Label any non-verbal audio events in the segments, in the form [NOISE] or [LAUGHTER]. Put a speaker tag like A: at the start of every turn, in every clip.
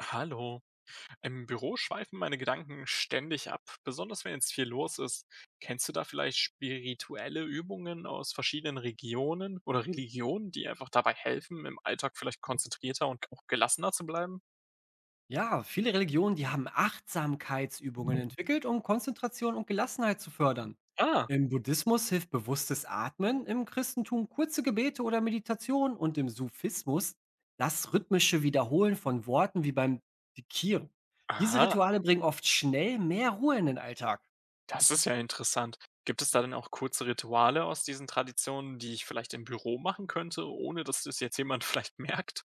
A: Hallo. Im Büro schweifen meine Gedanken ständig ab, besonders wenn jetzt viel los ist. Kennst du da vielleicht spirituelle Übungen aus verschiedenen Regionen oder Religionen, die einfach dabei helfen, im Alltag vielleicht konzentrierter und auch gelassener zu bleiben?
B: Ja, viele Religionen, die haben Achtsamkeitsübungen entwickelt, um Konzentration und Gelassenheit zu fördern.
A: Ah,
B: Im Buddhismus hilft bewusstes Atmen, im Christentum kurze Gebete oder Meditation und im Sufismus das rhythmische Wiederholen von Worten wie beim Dikir. Diese
A: aha,
B: Rituale bringen oft schnell mehr Ruhe in den Alltag.
A: das ist ja interessant. Gibt es da denn auch kurze Rituale aus diesen Traditionen, die ich vielleicht im Büro machen könnte, ohne dass das jetzt jemand [LAUGHS] vielleicht merkt?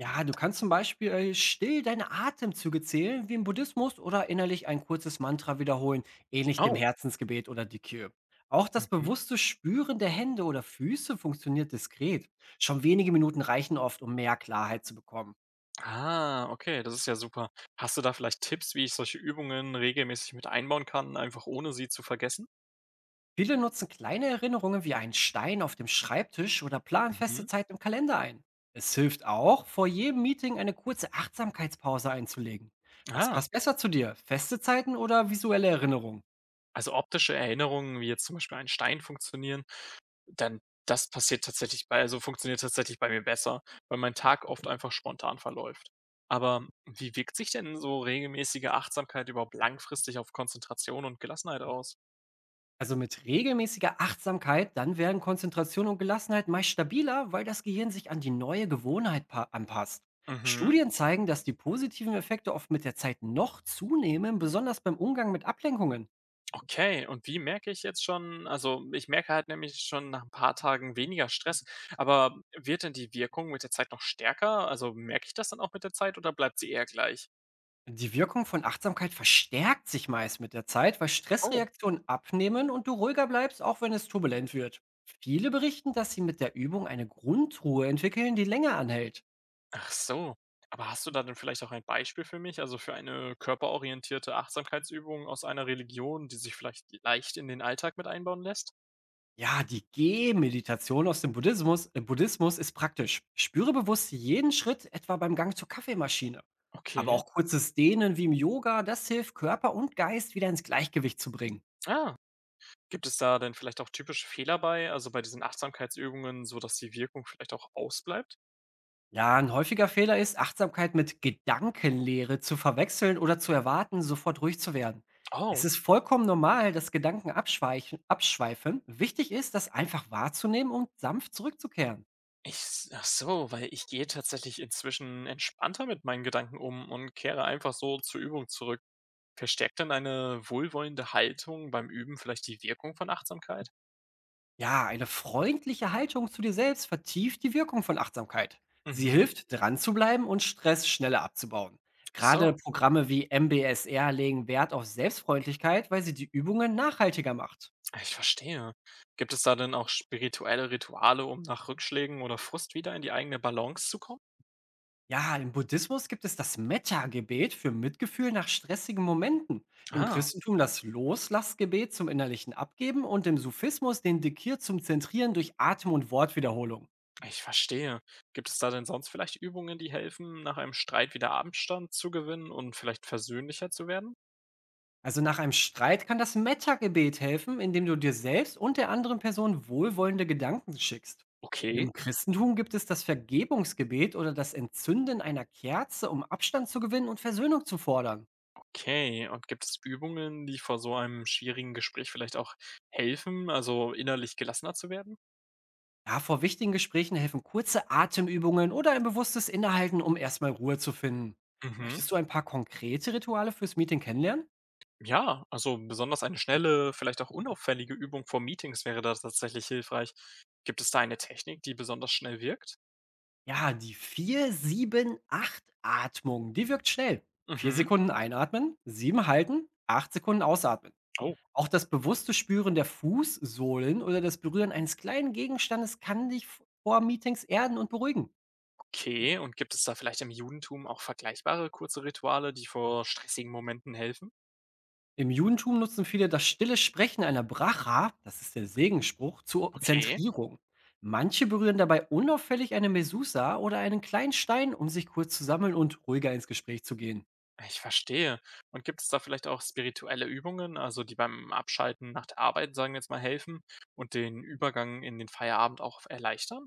B: Ja, du kannst zum Beispiel still deine Atemzüge zählen, wie im Buddhismus, oder innerlich ein kurzes Mantra wiederholen, ähnlich dem
A: Oh,
B: Herzensgebet oder die Dikir. Auch das
A: mhm.
B: bewusste Spüren der Hände oder Füße funktioniert diskret. Schon wenige Minuten reichen oft, um mehr Klarheit zu bekommen.
A: Ah, okay, das ist ja super. Hast du da vielleicht Tipps, wie ich solche Übungen regelmäßig mit einbauen kann, einfach ohne sie zu vergessen?
B: Viele nutzen kleine Erinnerungen wie einen Stein auf dem Schreibtisch oder planen
A: Mhm.
B: feste Zeit im Kalender ein. Es hilft auch, vor jedem Meeting eine kurze Achtsamkeitspause einzulegen. Was
A: Ah,
B: passt besser zu dir? Feste Zeiten oder visuelle Erinnerungen?
A: also optische Erinnerungen, wie jetzt zum Beispiel ein Stein funktionieren, dann das passiert tatsächlich bei, also funktioniert tatsächlich bei mir besser, weil mein Tag oft einfach spontan verläuft. Aber wie wirkt sich denn so regelmäßige Achtsamkeit überhaupt langfristig auf Konzentration und Gelassenheit aus?
B: Also mit regelmäßiger Achtsamkeit, dann werden Konzentration und Gelassenheit meist stabiler, weil das Gehirn sich an die neue Gewohnheit anpasst.
A: Mhm.
B: Studien zeigen, dass die positiven Effekte oft mit der Zeit noch zunehmen, besonders beim Umgang mit Ablenkungen.
A: Okay, und wie merke ich jetzt schon, also, ich merke halt nämlich schon nach ein paar Tagen weniger Stress, aber wird denn die Wirkung mit der Zeit noch stärker? Also, merke ich das dann auch mit der Zeit oder bleibt sie eher gleich?
B: Die Wirkung von Achtsamkeit verstärkt sich meist mit der Zeit, weil
A: Oh.
B: Stressreaktionen abnehmen und du ruhiger bleibst, auch wenn es turbulent wird. Viele berichten, dass sie mit der Übung eine Grundruhe entwickeln, die länger anhält.
A: Ach so. Aber hast du da denn vielleicht auch ein Beispiel für mich, also, für eine körperorientierte Achtsamkeitsübung aus einer Religion, die sich vielleicht leicht in den Alltag mit einbauen lässt?
B: Ja, die Gehmeditation aus dem Buddhismus ist praktisch. Spüre bewusst jeden Schritt, etwa beim Gang zur Kaffeemaschine. Aber
A: Okay.
B: auch kurzes Dehnen wie im Yoga, das hilft, Körper und Geist wieder ins Gleichgewicht zu bringen.
A: Ah, gibt es da denn vielleicht auch typische Fehler bei, also, bei diesen Achtsamkeitsübungen, so dass die Wirkung vielleicht auch ausbleibt?
B: Ja, ein häufiger Fehler ist, Achtsamkeit mit Gedankenlehre zu verwechseln oder zu erwarten, sofort ruhig zu werden. Es
A: Oh.
B: ist vollkommen normal, dass abschweifen. Wichtig ist, das einfach wahrzunehmen und sanft zurückzukehren.
A: Ich s ach so, weil ich gehe tatsächlich inzwischen entspannter mit meinen Gedanken um und kehre einfach so zur Übung zurück. Verstärkt dann eine wohlwollende Haltung beim Üben vielleicht die Wirkung von Achtsamkeit?
B: Ja, eine freundliche Haltung zu dir selbst vertieft die Wirkung von Achtsamkeit. Sie
A: Mhm.
B: hilft, dran zu bleiben und Stress schneller abzubauen. Gerade
A: So,
B: Programme wie MBSR legen Wert auf Selbstfreundlichkeit, weil sie die Übungen nachhaltiger macht.
A: ich verstehe. Gibt es da denn auch spirituelle Rituale, um nach Rückschlägen oder Frust wieder in die eigene Balance zu kommen?
B: Ja, im Buddhismus gibt es das Metta-Gebet für Mitgefühl nach stressigen Momenten, im
A: Ah,
B: Christentum das Loslassgebet zum innerlichen Abgeben und im Sufismus den Dikir zum Zentrieren durch Atem- und Wortwiederholung.
A: ich verstehe. Gibt es da denn sonst vielleicht Übungen, die helfen, nach einem Streit wieder Abstand zu gewinnen und vielleicht versöhnlicher zu werden?
B: Also nach einem Streit kann das Metta-Gebet helfen, indem du dir selbst und der anderen Person wohlwollende Gedanken schickst.
A: Okay.
B: Im Christentum gibt es das Vergebungsgebet oder das Entzünden einer Kerze, um Abstand zu gewinnen und Versöhnung zu fordern.
A: Okay, und gibt es Übungen, die vor so einem schwierigen Gespräch vielleicht auch helfen, also innerlich gelassener zu werden?
B: Ja, vor wichtigen Gesprächen helfen kurze Atemübungen oder ein bewusstes Innehalten, um erstmal Ruhe zu finden.
A: Mhm.
B: Möchtest du ein paar konkrete Rituale fürs Meeting kennenlernen?
A: Ja, also besonders eine schnelle, vielleicht auch unauffällige Übung vor Meetings wäre da tatsächlich hilfreich. Gibt es da eine Technik, die besonders schnell wirkt?
B: Ja, die vier sieben acht atmung die wirkt schnell. Vier
A: Mhm.
B: Sekunden einatmen, sieben halten, acht Sekunden ausatmen.
A: Oh,
B: Auch das bewusste Spüren der Fußsohlen oder das Berühren eines kleinen Gegenstandes kann dich vor Meetings erden und beruhigen.
A: okay. Und gibt es da vielleicht im Judentum auch vergleichbare kurze Rituale, die vor stressigen Momenten helfen?
B: Im Judentum nutzen viele das stille Sprechen einer Bracha, das ist der Segensspruch, zur
A: Okay.
B: Zentrierung. Manche berühren dabei unauffällig eine Mesusa oder einen kleinen Stein, um sich kurz zu sammeln und ruhiger ins Gespräch zu gehen.
A: Ich verstehe. Und gibt es da vielleicht auch spirituelle Übungen, also die beim Abschalten nach der Arbeit, sagen wir jetzt mal, helfen und den Übergang in den Feierabend auch erleichtern?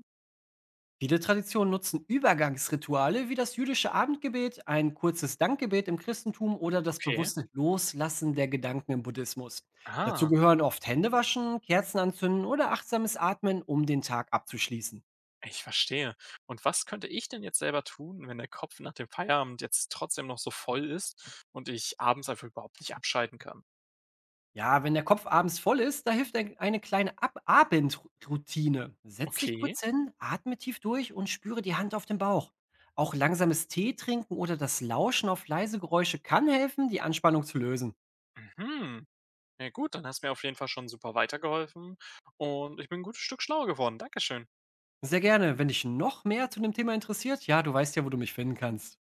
B: Viele Traditionen nutzen Übergangsrituale wie das jüdische Abendgebet, ein kurzes Dankgebet im Christentum oder das
A: Okay.
B: bewusste Loslassen der Gedanken im Buddhismus. Dazu
A: Ah,
B: gehören oft Händewaschen, Kerzen anzünden oder achtsames Atmen, um den Tag abzuschließen.
A: ich verstehe. Und was könnte ich denn jetzt selber tun, wenn der Kopf nach dem Feierabend jetzt trotzdem noch so voll ist und ich abends einfach überhaupt nicht abschalten kann?
B: Ja, wenn der Kopf abends voll ist, da hilft eine kleine Ab Abendroutine. Setz dich
A: Okay.
B: kurz hin, atme tief durch und spüre die Hand auf dem Bauch. Auch langsames Tee trinken oder das Lauschen auf leise Geräusche kann helfen, die Anspannung zu lösen.
A: Mhm. Ja gut, dann hast du mir auf jeden Fall schon super weitergeholfen und ich bin ein gutes Stück schlauer geworden. Dankeschön.
B: Sehr gerne. Wenn dich noch mehr zu dem Thema interessiert, ja, du weißt ja, wo du mich finden kannst.